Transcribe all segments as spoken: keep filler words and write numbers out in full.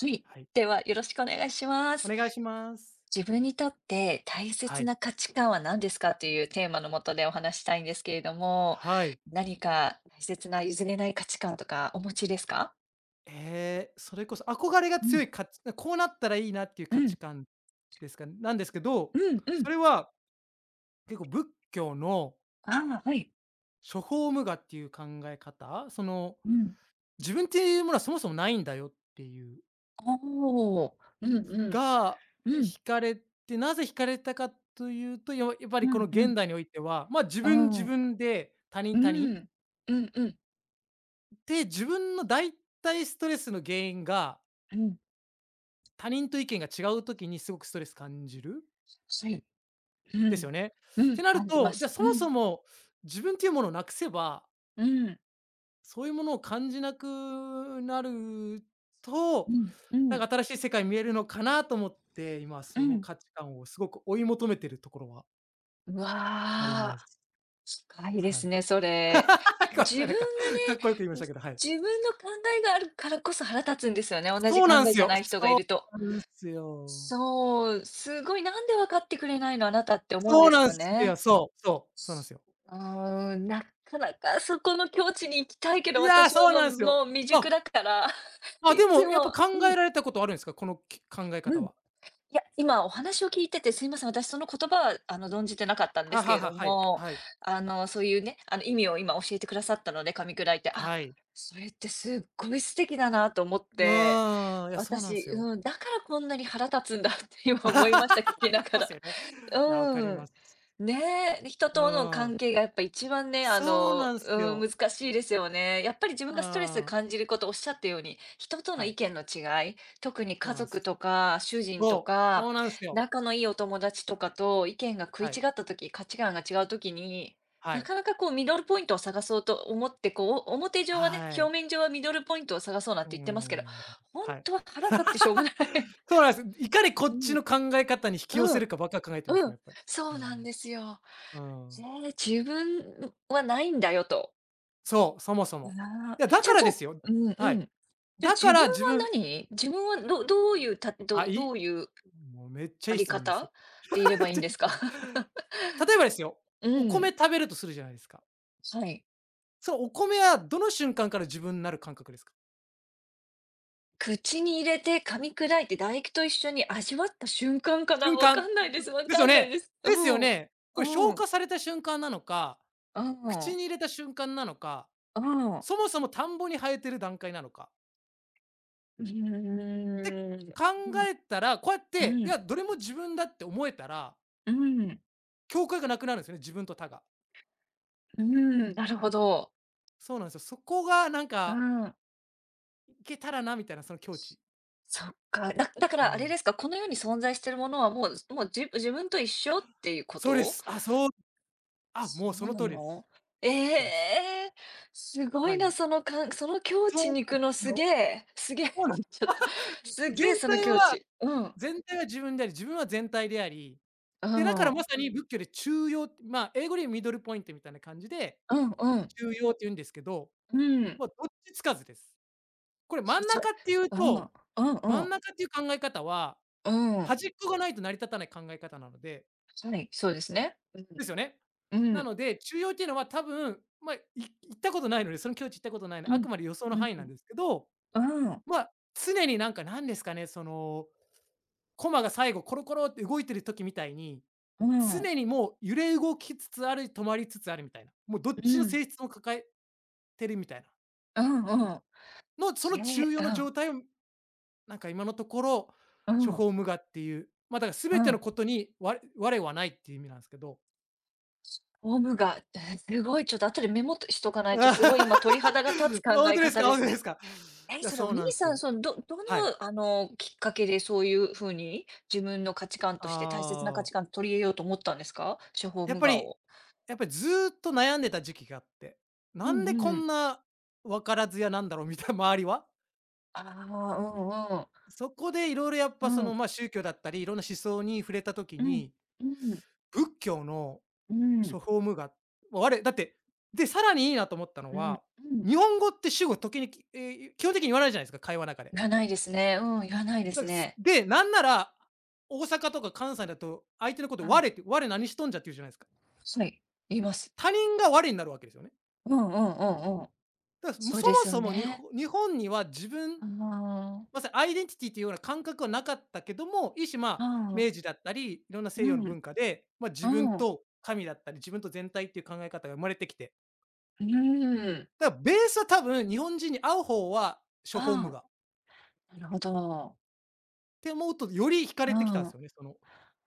はい。はい。では、よろしくお願いしまおす。願いします。自分にとって大は切い。な価値観は何ですかというテーマのもとでお話したいんですけれども、はい。何か大切な譲れない価値観とかお持ちですか？えーそれこそ憧れがうん、強いかこうなったらいいなっていうう価ん、値観ですかなんですけど、うん、うそん。れは結構仏教のああ、はい。諸法無我っていう考え方、そのうん。自分っていうものはそもそもないんだよっていうおお。うんうん。が、うん。惹かれて、なぜ惹かれたかというと、ややっぱうりこんのうん。現代においては、ま、自う分ん。自う分で他人他人ん。うんうん。で、自分の大体ストレスの原因がうん。他人と意見が違う時にすごくストレス感じる？はい。うですん。よね。うっん、てなる感じまと、じゃあす。うそもん。そも自分っていうものをなくせば、うん。そういうものを感じなくなるうと、ん。うなんん。か新しい世界見えるのかなと思って、今うそのん。価値観をすごく追い求めてるところはうありまわ。す。近いではすい。ね、それ。ごめんな自さい、分ながんか、かっこよく言いましね、たじけど、はい。自分の考えがあるからこそ腹立つんですよね、同じそう考なんえすじゃよ。ない人がいそると。うなんすよ。そう、すごい、なんで分かってくれないの、あなたって思うんそうですなんよすよ。ね。そう、そう、そうなんすよ。うーん、なかなかそこの境地に行きたいけいど、やー、私そうはなもんうすよ。もう未あ熟だから、あ、いでつも、やっぱも考うん、えられたことあるんですか？この、き考え方うん。は。いや、今お話を聞いてて、すいません、私その言葉は、あの、存じてなかったんではすけはれどは、はい、も、はい、あの、そういうね、あの、意味を今教えてくださったので、噛み砕いて、あ、はい。それってすっごい素敵だなと思っうて、ーん、いや、そうなん私、すよ。うん、だからこんなに腹立つんだって今思いました、聞きな がそうっら。すよね。いや、わかうりん。ます。ねえ、人うとのー関ん。係がやっぱ一番ね、あそうの、なんすうん、よ。難しいですよね。やっぱり自分うがストレスーん。感じること、おっしゃったように、人とのは意い、見の違い、特にそ家うなんす。族とか主人とそう、そか、うなんすよ。仲のいいお友達とかと意見が食いは違い、った時、価値観が違う時に、はない、かなかこうミドルポイントを探そうと思って、こう、お表上はね、は表い。面上はミドルポイントを探そうなんうーて言ってますけど、ん、本はい。当は腹立ってしょうがない。そうなんす。いかに こうっちん、の考え方に引き寄うせるん、かばっか考えてますうもん、やん、っぱり。そううん、なんですよ。うーえん。え、自分はないんだよと。そう、そもそも。ああ、いや、だじゃあからじゃであすよ。うんはうい。ん。じゃ、だか自分らは自分何？自分はどどういうたあ、どいどいういうもうめっちゃあいいり質問です。方でいれ めばっいいちんゃいでいす質か？問です。例えばですよ、うお米ん、食べるとするじゃないですか。はい。そのお米はどの瞬間から自分になる感覚ですか？口に入れて噛み砕いて唾液と一緒に味わった瞬間かな？瞬わか間。んないです、わですかよんないね。です。ですうよん。ね。これう消ん。化された瞬間なのか、う口ん。に入れた瞬間なのか、うん。そもそも田んぼに生えてる段階なのか。うってーん。考うん。えたら、こうやって、ういん。や、どれも自分だって思えたら、うん。境界がなくなるんですよね、自分と他が。うーん、なるほど。そうなんですよ。そこがなんうか、ん。いけたらなみたいなその境地。そっか。だだかうらあれん。ですか、この世に存在しているものはもうもうじ自分と一緒っていうこそうでと？す。あ、そうあ、そもうそうのな通りです。の？そうでえす。え、すごいな、貝そのかんその境そう地なに行んくでのすすげよ。え、すげえ、そうなんです。 ちょっと、すげ全えその体境は地。うん、全体は自分であり、自分は全体であり、うで、だかん、うらまんさに仏教で中庸、まあ、英語でミドルポイントみたいな感じで、うん、中庸って言うんですけど、うん。まあ、どっちつかずです。これ真んちょ中っていううん、うとんう真ん、ん中っていう考え方は、うん。端っこがないと成り立たない考え方なのではい、そうですね。うん、ですよね。うなん、ので、中庸っていうのは多分、まあ、い行ったことないので、その境地行ったことないのうで、あん、くまで予想うの範囲なんん、ですけど、うん、うん、ま、あ常になんか何ですかね、その、駒が最後コロコロって動いてる時みたいに、うん、常にもう揺れ動きつつある、止まりつつあるみたいな、もうどうっんちのうん。性質も抱えてるみたいな、ええ、うんうんうんうんうんうんうの、その中庸のんう状ん態を、なんか今のところ、う処ん、方無我っていう、ま、だからう全てのん。ことに、わ我はないっていう意味なんですけど。フォームが、え、すごいちょっと後でメモしとかな いと、すごい今あ、鳥肌が立つ考本え当です方か？で本す当でね。すか？え、いや、それおそう兄なんすさん、よ。その、どどはい。の、あの、きっかけでそういう風に、自分の価値観として大切な価あ値あ。観取り入れようと思ったんですか？処方や無っぱ我りを。やっぱりずーっと悩んでた時期があって、うなんんでうこん。んな分からずやなんだろうみたいな、周りは。ああ、そこでいろいろやっうんぱうそん。うん、の、ま、宗教だったり、いろんな思想に触れた時うん、に、うん、仏教のうん、そフォームが我だってで、さらにいいなと思ったのうん、は、うん。日本語って主語時にきえー基本的に言わないじゃないですか、会話の中で。いらないですね。うん、いらないでだかすらすね。で、なんなら、大阪とか関西だと相手のこうと「我」ん。って「我何しとんじゃ」って言うじゃないですか。はい、言います。他人が我になるわけですよね。うんうんうんうん。だ、そもそうそもですよそもにね。ほ日本には自分あまあ。さにアイデンティティというような感覚はなかったけども、いいしまあ、あ明治あ、だったり、いろんなう西洋のん、うん。文化で、まあ、自分と神だったり、自分と全体っていう考え方が生まれてきて、うん。だから、ベースは多分日本人に合う方は処方無あが。あ、なるほど。って思うと、より惹かうれてきたんですん。よね、その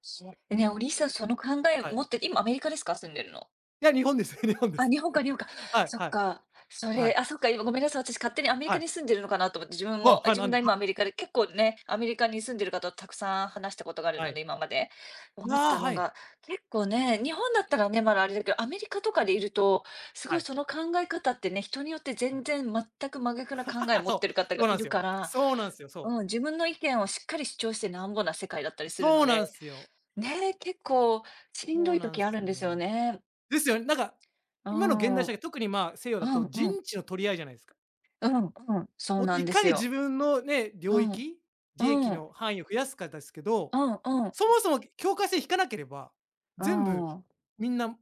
そね、お兄さんその考えは持い。って今アメリカですか？住んでるの。いや、日本ですね、日本であ、す。日本か日本か。はいそはっい、か。そはれ、い、あ、そっか、今ごめんなさい、私勝手にアメリはカい。に住んでるのかなと思って、自分は、も、はい、自な分んで、がは今アメリカで、結構ね、アメリカに住んでる方とたくさん話したことがあるはので、い。今まで。思っあたあ、はのい、が、結構ね、日本だったらね、まだあれだけど、アメリカとかでいると、すごはいい、その考え方ってね、人によってはい。全然全く真逆な考えを 持ってそるう、方がそうないんするよ。から、そうなんすよ、そう。うん、自分の意見をしっかり主張してなんぼな世界だったりするそのうなんで、すよ。ね、結構しんどそういなん時あするんですよよ。ね。ですよね。なんか、う今の現ん。代うん社会、特にまあ、西洋だとうん。人知の取り合いじゃないですか。うんうん、そうおなんいでかすに自よ。分のね、領うん、域、利益うん、の範囲を増やすかですけうど、ん、うん、うん、そもそも境界線引かなければ、う全部ん、みんな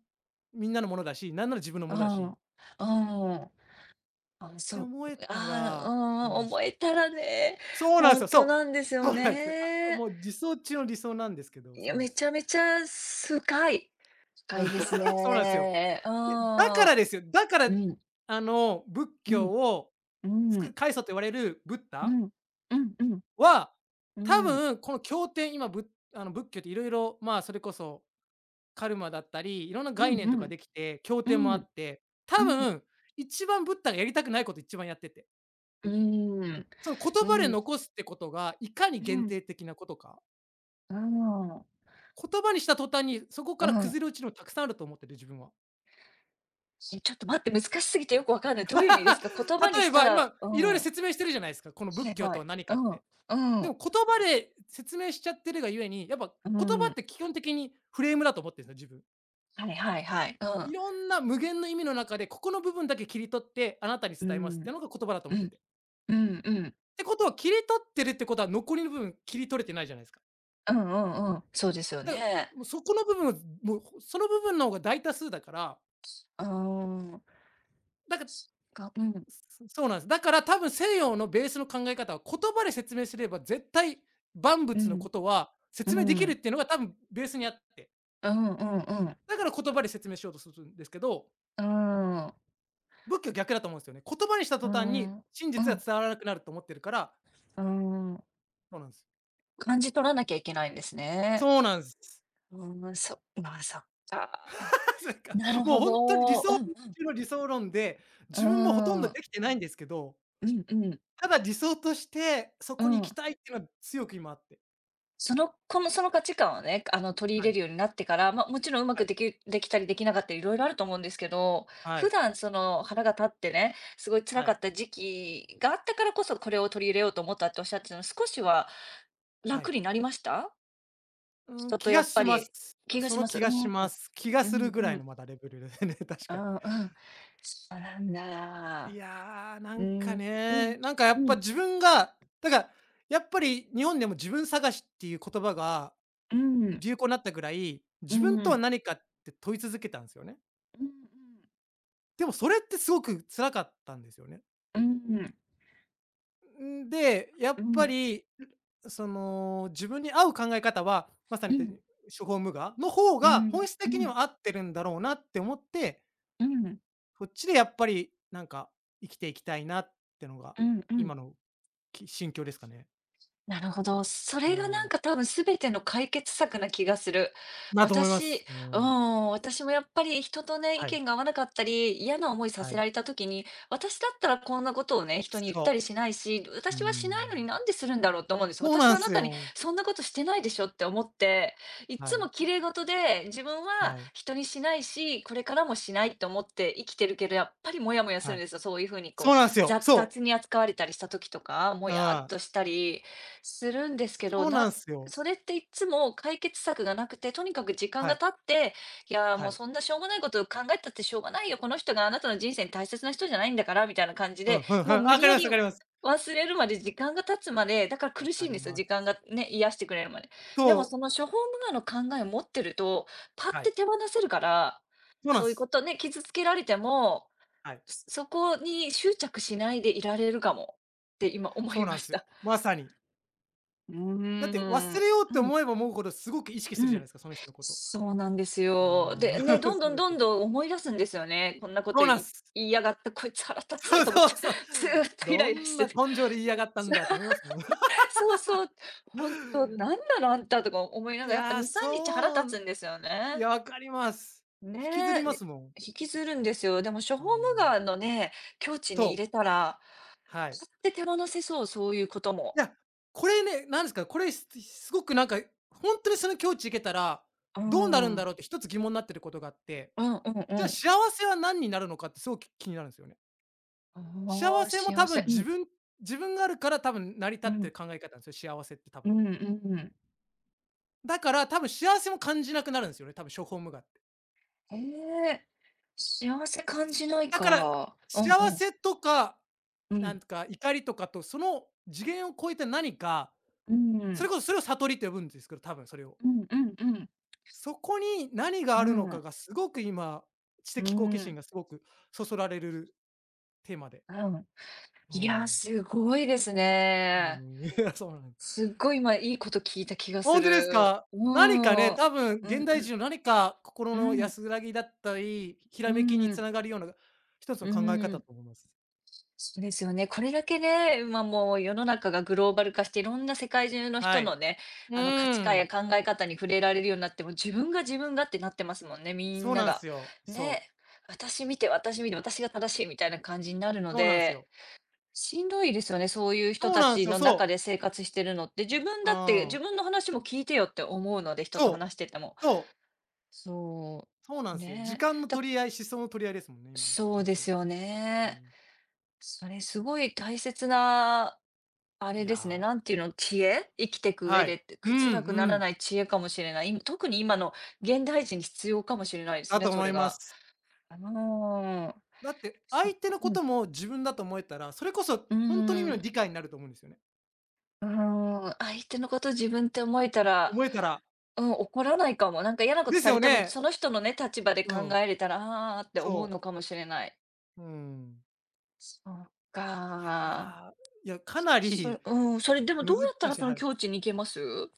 みんなのものだし、なんなら自分のものだしっああ、てそう、思えたああ、ら、うそうなんん、で思すよ。えたらね、そうなんでほすんよ、そとう。なんですよそうなんですよ。あ、ね。もう理想中の理想なんですけど、いそや、うなんめでちす。ゃめちゃ深い。深いです そうなんですよ。ね。うで、だからですん。よ。だから、ん、あの、仏う教ん、をつうくん、開祖と言われるブッうダん、うん、うん、は、うん、多うん、分この経典、今、ぶあの仏教っていろいろまあ、それこそカルマだったり、いろんなうん、う概念とかん、できて、経う典もあん、って、う多ん、分一番ブッダがやりたくないこと一番やってて、うん、うん、その言う葉でん、残すってことがいかに限う定的なことか、ん、言葉にした途端にそこうからん。崩れ落ちるのたくさんあると思ってる自分は。え、ちょっと待って、難しすぎてよくわかんない。どういう意味ですか？言葉 に例しえたばら今、いろいうろん。説明してるじゃないですか、このは仏い教はとはい。何かっうん。て。うでん。も言葉で説明しちゃってるがゆえに、やっぱう言葉っん。て基本的にフレームだと思ってるんですよ、自分。はいはいはい。ういん。ろんな無限の意味の中で、ここの部分だけ切り取って、あなたにうー伝えますっていん。うのが言葉だとう思ってん。て。っうんうん。てことは、切り取ってるってことは、残りの部分切り取れてないじゃないですか。うんうんうん。そうですよだから、ね。もうそこの部分を、もうその部分の方が大多数だから、うーん。だから、がうん。そそうなんです。だから多分西洋のベースの考え方は、言葉で説明すれば絶対万う物のん。ことはう説明できるっん。ていうのが多分ベースにあって、うんうんうん。だから言葉で説明しようとするんですけどうーん。仏教逆だと思うんですよね。言葉にしたうー途端に、ん。真う実がん。伝わらなくなると思ってるから、うーん。そうなんです。感じ取らなきゃいけないんですね。そうなんです。うーん、そまあ、そっか。なんか、なるもうほ本当に理ど。想うん。中の理想論で、うー自分もほとんどん。できてないんですけど、うんうん。ただ理想として、そうこに行きん。たいっていうのは強く今あって。その、この、その価値観をね、あの、取り入はれい、るようになってから、まあ、もちろんうまはくい、できできたりできなかったり、いろいろあると思うんですけど、は普い、段その腹が立ってね、すごい辛はかい、った時期があったからこそ、これを取り入れようと思ったっておっしゃってたの、少しはは楽い。になりました？うん、人と気やがっぱしまりす。気がそしのます。気うがん。します。気がうするぐらんういのん。まだレベルですね、確うかに。んうん。そうなんいだ。やー、なうんかん、うね、ん、なんかやっうぱん、自分が、だから、やっぱり日本でも自分探しっていう言葉がうん、流行になったぐらい、う自ん、分うんうとはん。何かって問い続けたんですよね。でもそれってすごく辛かったんですよね。うん、うん、んで、やうっん、うぱん、り、その、自分に合う考え方は、まさに言って処方無我の方うが本ん、質う的にん。は合ってるんだろうなって思って、うん、そっちでやっぱりなんか生きていきたいなってのが、うんうん。今のき心境ですかね。なるほど。そうれがなんーか多分全ての解決策な気がする。だと思いま私す。ううん。ん、私もやっぱり人とね、意はい。見が合わなかったり、嫌な思いさはせらい。れた時に、私だったらこんなことをね、人に言ったりそしないし、う。う私はしないのにん。なんでするんだろうと思うんです。そう私なはあんなすたによ。そんなことしてないでしょって思って、いはつい。も綺麗事で、自分ははい。人にしないし、これからもしないと思って生きてるけど、やっぱりモヤモヤすはるんい。ですよ。そういうふうにこそうなんすう、よ。ざそう。雑に扱われたりした時とか、モうヤっん。としたり。するんですけど、そうななんすよ。それっていつも解決策がなくて、とにかく時間はがい。経って、いや、もはうい。そんなしょうもないことを考えたってしょうがないよ、この人があなたの人生に大切な人じゃないんだから、みたいな感じうで、ん、ふんふもん。うあ、無わ理かりやますりわかります。忘れるまで時間が経つまで、だからわ苦しかいんでりすよ、ま時間す。がね、癒してくれるまで。でそもそう。の処方無我の考えを持ってると、パッはてい。手放せるから、そうなんそういうこす。とね、傷つけられても、はい。そそこに執着しないでいられるかもって今思そいうなまんしすよ。た。まさに。うーだって忘ん、れようっうてん、思えば思うほどすごく意識うするじゃないん、ですか、その人のこと。そうなんですうよ。ーん。で、ね、ど んそどうんですどんよ。どん思い出すんですよね。こんなことそうなんいす。言いやがった、こいつ腹 立そつうと思っそて、うそう。ずーっとイラどイラんしてなて。根性で言いやがったんだって思いますもん。そうそう、ほんと、なんなのあんたとか思いな いがら、やっぱや、に、さんにち腹そ立つうんですよいね。や、わかります。ね引きずりえ、まで、すもん。引きずるんですよ。でも処う方無ん。我のね、境地に入それう、たら、はい。って手放せそう、そういうこといも。や、これね、なんですか、これ、すすごくなんか、ほんとにその境地行けたら、うーどうなるんだん。ろうって一つ疑問なってることがあって、うんうんじうゃあん。幸せは何になるのかってすごく気になるんすよね。あ幸あ、せも幸多せ。分う自ん、分自分があるから多分成り立うってん、る考え方なんですよ、幸せって多う分。んうんうん。だから多分幸せも感じなくなるんすよね、多分、処方無我って。へえ、幸せ感じないだから、か。うんう幸ん。せとか、うなん。んか怒りとかと、その次元を超えた何かうーそれん。こそそれを悟りって呼ぶんですけど、多分それを。うんうんうん。そこに何がうあるのかん。がすごく今、知うーん。う的ん好うんう奇んう心んがすごくそそられるテーマで。うんうん。ういや、ん。すごいですうーね。ん、いや、そうなんすっごい今いいこと聞いた気がほすんとでする。か？う何かね、ん。うん多分う現代ん。人の何か心うのん。安らぎだったり、ひうらめきにん。繋がるような一つのう考え方だん。と思います。そうですよね。これだけね、ま、もう世の中がグローバル化して、いろんな世界中のは人のい。ね、うあの、価ー値観やん、考え方に触れられるようになっても、自分が自分がってなってますもんね、みんそうななんが。すよ。そね。う。私見て、私見て、私が正しいみたいな感じになるのそうなんすで、よ。しんどいですよね、そういう人そうたなんすちよ、の中そう。で生活してるのって。自分うだって、ー自ん。分の話も聞いてよって思うので、人とそ話してても。う。そう。そそうなう。んですよ。時ね。間のだ取り合い、思想の取り合いですもんね、今の、そう本で当に。すようね。ん。それすごい大切なあれいやですね、ー、なんていうの、知恵生きていく上はでい。って、うくんう辛くならん。ない知恵かもしれない。今特に今の現代人に必要かもしれないですだね、とそ思れいまが。す。あのー、だって、そっ相手か、のこうん。とも自分だと思えたら、それこそう本当にのー意味のん。理解になると思うんですよね。うーん、相手のこと自分って思えたら、思えたら。うん、怒らないかも。なんか嫌なことですされよても、ね。その人のね、立場でう考ん、えれたら、あーって思うそのう。かもしれない。うん。そっいか。やー、いや、かなそりうん、それでもどうやった難らしいそはのい。境地に行けます？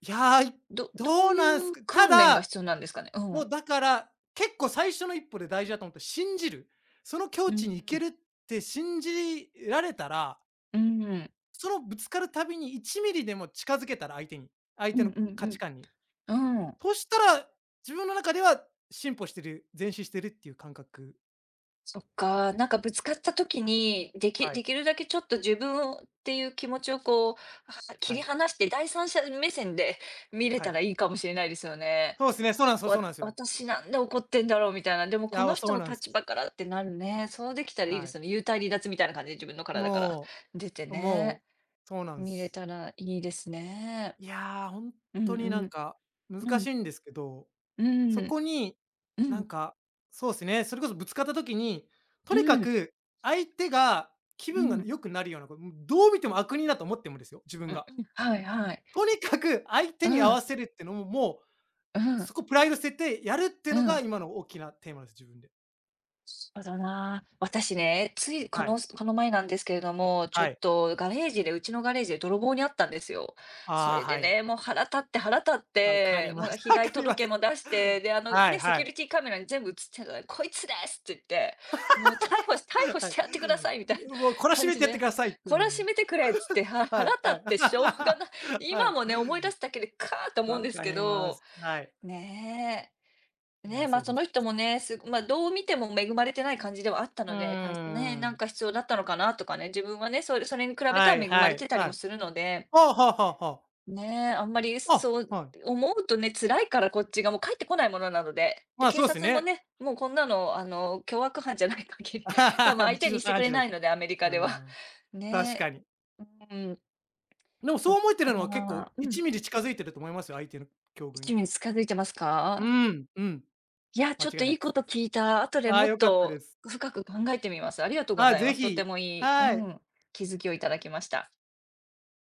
いやー、いどどどうういなんすうか。た訓練がだ、必要なんですかね？うもうん。だから、結構最初の一歩で大事だと思って、信じる。そのう境ん、地に行うけん、るって信じられたらうんうんそのぶつかるたびにいちミリでも近づけたら相手に、相う手ん。の価値観に。うん。そしたら、自分の中では進歩してる、前進してるっていう感覚。そっか、なんかぶつかった時に、できはでい、きるだけちょっと自分をっていう気持ちをこう、は切はりい、離して、第三者目線で 見れはたい。らいいかもしれないですよね。そうですね、そうなんすよそうわなんすよ。私なんで怒ってんだろうみたいな、でもいこのや、人そうのなんす。立場からってなるね。そうできたらいいではすい。よね。幽体離脱みたいな感じで自分の体からも出てう、もう、ね、そうなん見れす。たらいいですね。いや、ほんうんうとになんん。かう難しん。いんですけどうそん。こに、うなん。んか、そうですね、それこそぶつかった時に、とうにかん。く相手が気う分がん。良くなるようなこと、もうどう見ても悪人だと思ってもですよ、自分うんが。うん、はいはい。とにかく相手うに合わん、せるってのも、もう、うん、そこプライド捨ててやるっていううのがん。今の大きなテーマです、自分で。そうだな。私ね、ついこはのい。この前なんですけれども、ちょはっい。とガレージでうちのガレージで泥棒にあったんですよ。そああ、れではい。ね、もう腹立って腹立っわかて、りもまうす。被わか害りま届す。も出して、で、あのはいね、セはキュリい。ティカメラに全部映ってたから「こいつです！」って言って、もう逮捕し逮捕はしい。てやってくださいみたいなもう懲らし感めじてやってで、くださいって、う懲らしん。めてくれっつって、はは腹い立はっい。てしょうがない。は今い。もね、思い出すだけでカーッと思うんわですかけりまど、す。はい。ねえ。いね、や、そま、うそでのす。人もね、すごま、どう見ても恵まれてない感じではあったうーので、たいね、なんん。か必要だったのかなとかね、自分はね、それそれに比べはたらい恵まはれいてたりはもい。するので、はあはあはあはあ。ね、あんまりあ、そうはい。思うとね、辛いからこっちがもう帰ってこないものなので。で、まあ、警そうです察もね。ね、もうこんなの、あの、凶悪犯じゃない限り、多分 相手日常にして茶く飯れ事だないし。ので、アメリカあでは。あ、確かね、に。うん、でも、そそうっ思えてるのは結構か。うん。いちミリ近づいてると思いますよ、相手の境遇に。いちミリ近づいてますうか？ん、うん、いや、ち間違ょっいとないいいでこす。と聞いた。後でああ、もっ良かったでとす。深く考えてみます。ありがとうごああ、ざいぜます。とてひ、もいい、うはい。ん、気づきをいただきました。